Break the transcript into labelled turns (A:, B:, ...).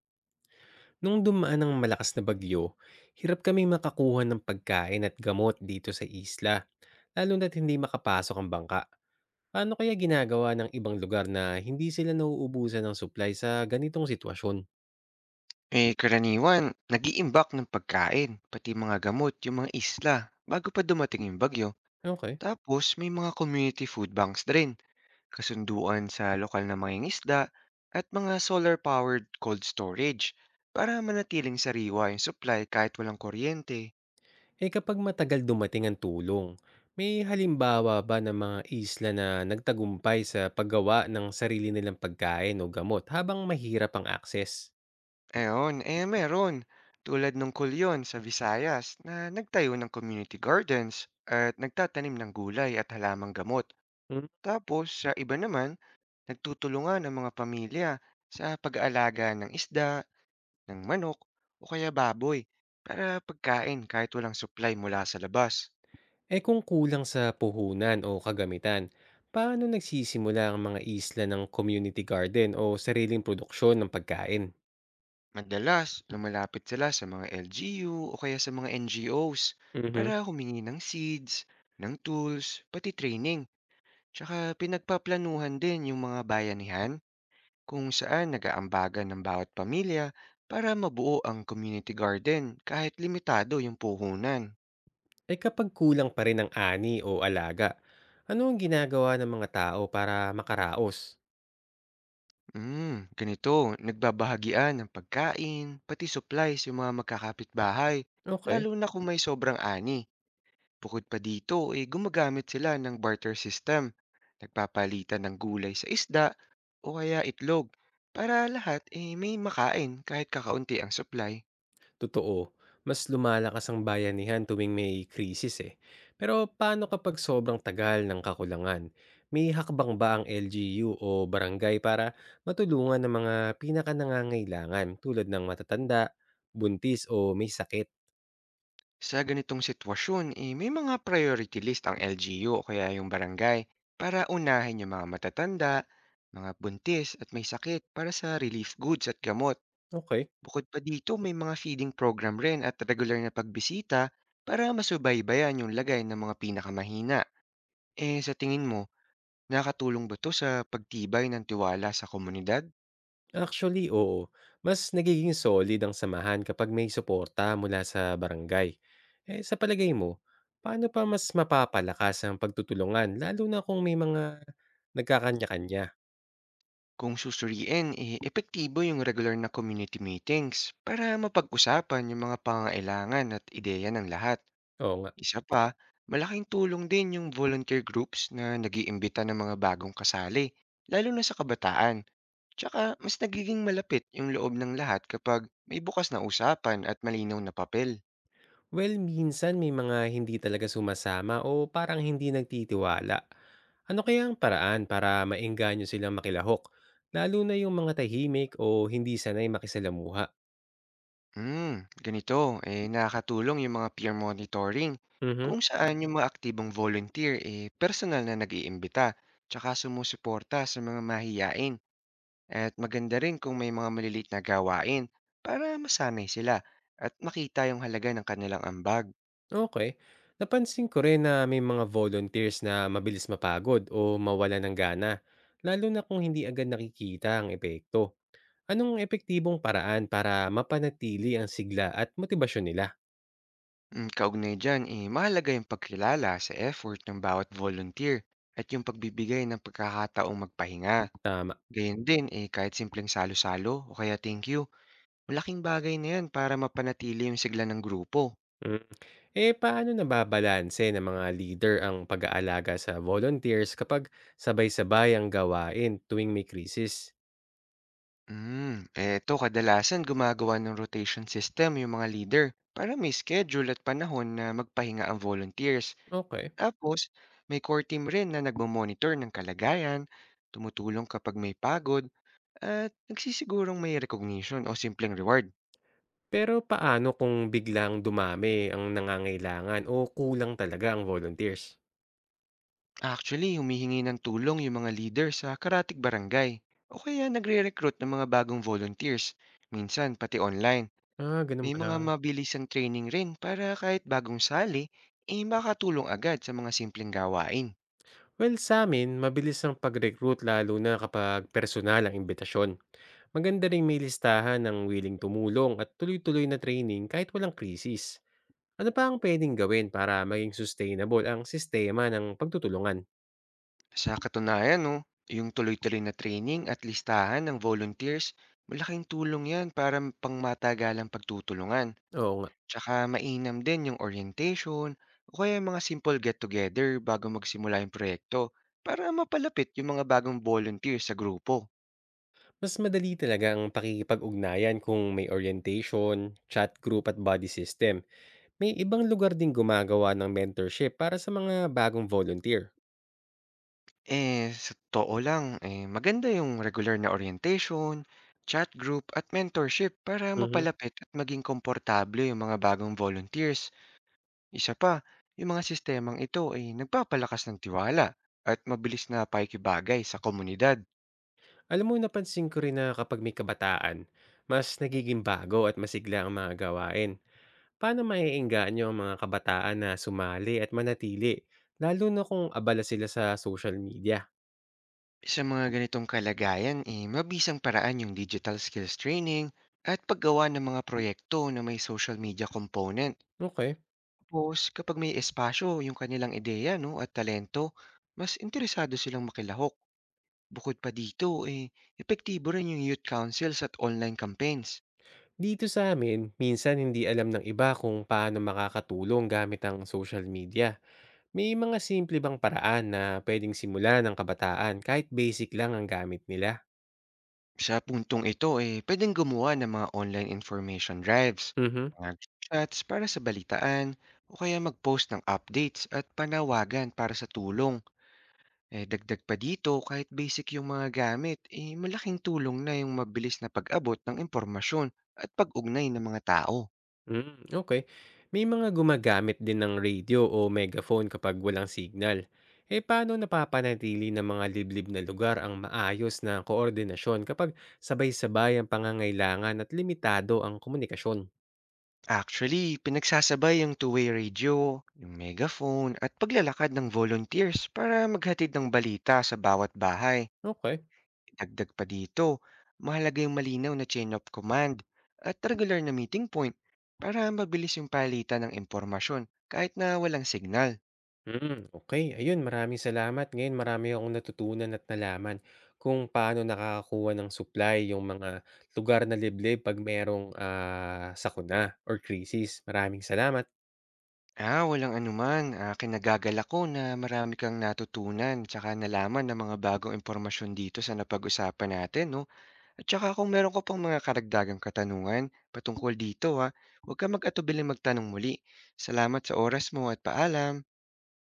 A: Nung dumaan ang malakas na bagyo, hirap kaming makakuha ng pagkain at gamot dito sa isla, lalo na't hindi makapasok ang bangka. Paano kaya ginagawa ng ibang lugar na hindi sila nauubusan ng supply sa ganitong sitwasyon?
B: Karaniwan, nag-iimbak ng pagkain, pati mga gamot, yung mga isla, bago pa dumating yung bagyo.
A: Okay.
B: Tapos, may mga community food banks na rin, kasunduan sa lokal na mga isda, at mga solar-powered cold storage para manatiling sariwa yung supply kahit walang kuryente.
A: Eh kapag matagal dumating ang tulong, may halimbawa ba ng mga isla na nagtagumpay sa paggawa ng sarili nilang pagkain o gamot habang mahirap ang akses?
B: Eon, meron. Tulad nung kulyon sa Visayas na nagtayo ng community gardens at nagtatanim ng gulay at halamang gamot. Tapos, sa iba naman, nagtutulungan ang mga pamilya sa pag-aalaga ng isda, ng manok, o kaya baboy para pagkain kahit walang supply mula sa labas.
A: Eh kung kulang sa puhunan o kagamitan, paano nagsisimula ang mga isla ng community garden o sariling produksyon ng pagkain?
B: Madalas, lumalapit sila sa mga LGU o kaya sa mga NGOs
A: Mhm.
B: para humingi ng seeds, ng tools, pati training. Tsaka pinagpaplanuhan din yung mga bayanihan kung saan nagaambagan ng bawat pamilya para mabuo ang community garden kahit limitado yung puhunan.
A: Eh kapag kulang pa rin ang ani o alaga, ano ang ginagawa ng mga tao para makaraos?
B: Ganito, nagbabahagian ng pagkain, pati supplies yung mga magkakapitbahay,
A: Okay.
B: lalo na kung may sobrang ani. Bukod pa dito, gumagamit sila ng barter system. Nagpapalitan ng gulay sa isda o kaya itlog para lahat may makain kahit kakaunti ang supply.
A: Totoo, mas lumalakas ang bayanihan tuwing may krisis eh. Pero paano kapag sobrang tagal ng kakulangan? May hakbang ba ang LGU o barangay para matulungan ng mga pinakanangangailangan tulad ng matatanda, buntis o may sakit?
B: Sa ganitong sitwasyon, may mga priority list ang LGU o kaya yung barangay para unahin yung mga matatanda, mga buntis at may sakit para sa relief goods at gamot.
A: Okay.
B: Bukod pa dito, may mga feeding program rin at regular na pagbisita para masubaybayan yung lagay ng mga pinakamahina. Eh sa tingin mo, nakatulong ba to sa pagtibay ng tiwala sa komunidad?
A: Actually, oo. Mas nagiging solid ang samahan kapag may suporta mula sa barangay. Eh, sa palagay mo, paano pa mas mapapalakas ang pagtutulungan lalo na kung may mga nagkakanya-kanya?
B: Kung susuriin, epektibo yung regular na community meetings para mapag-usapan yung mga pangailangan at ideya ng lahat.
A: Oo nga.
B: Isa pa, malaking tulong din yung volunteer groups na nag iimbita ng mga bagong kasali, lalo na sa kabataan. Tsaka mas nagiging malapit yung loob ng lahat kapag may bukas na usapan at malinaw na papel.
A: Well, minsan may mga hindi talaga sumasama o parang hindi nagtitiwala. Ano kaya ang paraan para maengganyo silang makilahok? Lalo na yung mga tahimik o hindi sanay makisalamuha.
B: Ganito, eh nakakatulong yung mga peer monitoring
A: Mhm.
B: kung saan yung mga aktibong volunteer eh personal na nag-iimbita tsaka sumusuporta sa mga mahiyain at maganda rin kung may mga maliliit na gawain para masanay sila at makita yung halaga ng kanilang ambag.
A: Okay. Napansin ko rin na may mga volunteers na mabilis mapagod o mawala ng gana, lalo na kung hindi agad nakikita ang epekto. Anong epektibong paraan para mapanatili ang sigla at motibasyon nila?
B: Kaugnay dyan, mahalaga yung pagkilala sa effort ng bawat volunteer at yung pagbibigay ng pagkakataong magpahinga.
A: Tama.
B: Gayun din, kahit simpleng salo-salo o kaya thank you, malaking bagay na yan para mapanatili yung sigla ng grupo.
A: Hmm. Eh, paano nababalanse ng mga leader ang pag-aalaga sa volunteers kapag sabay-sabay ang gawain tuwing may krisis?
B: Eto kadalasan gumagawa ng rotation system yung mga leader para may schedule at panahon na magpahinga ang volunteers.
A: Okay.
B: Tapos, may core team rin na nagmamonitor ng kalagayan, tumutulong kapag may pagod, at nagsisigurong may recognition o simpleng reward.
A: Pero paano kung biglang dumami ang nangangailangan o kulang talaga ang volunteers?
B: Actually, humihingi ng tulong yung mga leader sa karatig barangay o kaya nagre-recruit ng mga bagong volunteers. Minsan, pati online.
A: Ah, ganun
B: May
A: pala.
B: mga mabilisang training rin para kahit bagong sali, eh makatulong agad sa mga simpleng gawain.
A: Well, sa amin, mabilis ang pag-recruit lalo na kapag personal ang imbitasyon. Maganda rin may listahan ng willing tumulong at tuloy-tuloy na training kahit walang krisis. Ano pa ang puwedeng gawin para maging sustainable ang sistema ng pagtutulungan?
B: Sa katunayan, no, yung tuloy-tuloy na training at listahan ng volunteers, malaking tulong yan para pangmatagalang pagtutulungan.
A: Oo nga.
B: Tsaka mainam din yung orientation o kaya yung mga simple get-together bago magsimula yung proyekto para mapalapit yung mga bagong volunteer sa grupo.
A: Mas madali talaga ang pakikipag-ugnayan kung may orientation, chat group at buddy system. May ibang lugar ding gumagawa ng mentorship para sa mga bagong volunteer.
B: Sa totoo lang, maganda yung regular na orientation, chat group at mentorship para
A: Mhm.
B: mapalapit at maging komportable yung mga bagong volunteers. Isa pa, yung mga sistemang ito ay nagpapalakas ng tiwala at mabilis na paikibagay sa komunidad.
A: Alam mo, napansin ko rin na kapag may kabataan, mas nagiging bago at masigla ang mga gawain. Paano maiinggaan nyo ang mga kabataan na sumali at manatili, lalo na kung abala sila sa social media?
B: Sa mga ganitong kalagayan, mabisang paraan yung digital skills training at paggawa ng mga proyekto na may social media component.
A: Okay.
B: Tapos kapag may espasyo yung kanilang ideya no, at talento, mas interesado silang makilahok. Bukod pa dito, epektibo rin yung youth councils at online campaigns.
A: Dito sa amin, minsan hindi alam ng iba kung paano makakatulong gamit ang social media. May mga simple bang paraan na pwedeng simulan ng kabataan kahit basic lang ang gamit nila?
B: Sa puntong ito, pwedeng gumawa ng mga online information drives,
A: Mhm.
B: mga chats para sa balitaan, o kaya mag-post ng updates at panawagan para sa tulong. Dagdag pa dito, kahit basic yung mga gamit, malaking tulong na yung mabilis na pag-abot ng impormasyon at pag-ugnay ng mga tao.
A: Hmm, okay. May mga gumagamit din ng radio o megaphone kapag walang signal. Eh, paano napapanatili ng mga liblib na lugar ang maayos na koordinasyon kapag sabay-sabay ang pangangailangan at limitado ang komunikasyon?
B: Actually, pinagsasabay yung two-way radio, yung megaphone, at paglalakad ng volunteers para maghatid ng balita sa bawat bahay.
A: Okay.
B: Dagdag pa dito, mahalaga yung malinaw na chain of command at regular na meeting point para mabilis yung palitan ng impormasyon kahit na walang signal.
A: Hmm, okay. Ayun, maraming salamat. Ngayon marami akong natutunan at nalaman kung paano nakakakuha ng supply yung mga lugar na liblib 'pag merong, sakuna or crisis. Maraming salamat.
B: Ah, walang anuman. Ah, kinagagalak ko na marami kang natutunan tsaka nalaman ng mga bagong impormasyon dito sa napag-usapan natin, no? At tsaka kung meron ko pang mga karagdagang katanungan patungkol dito, ha, huwag ka mag-atubiling magtanong muli. Salamat sa oras mo at paalam.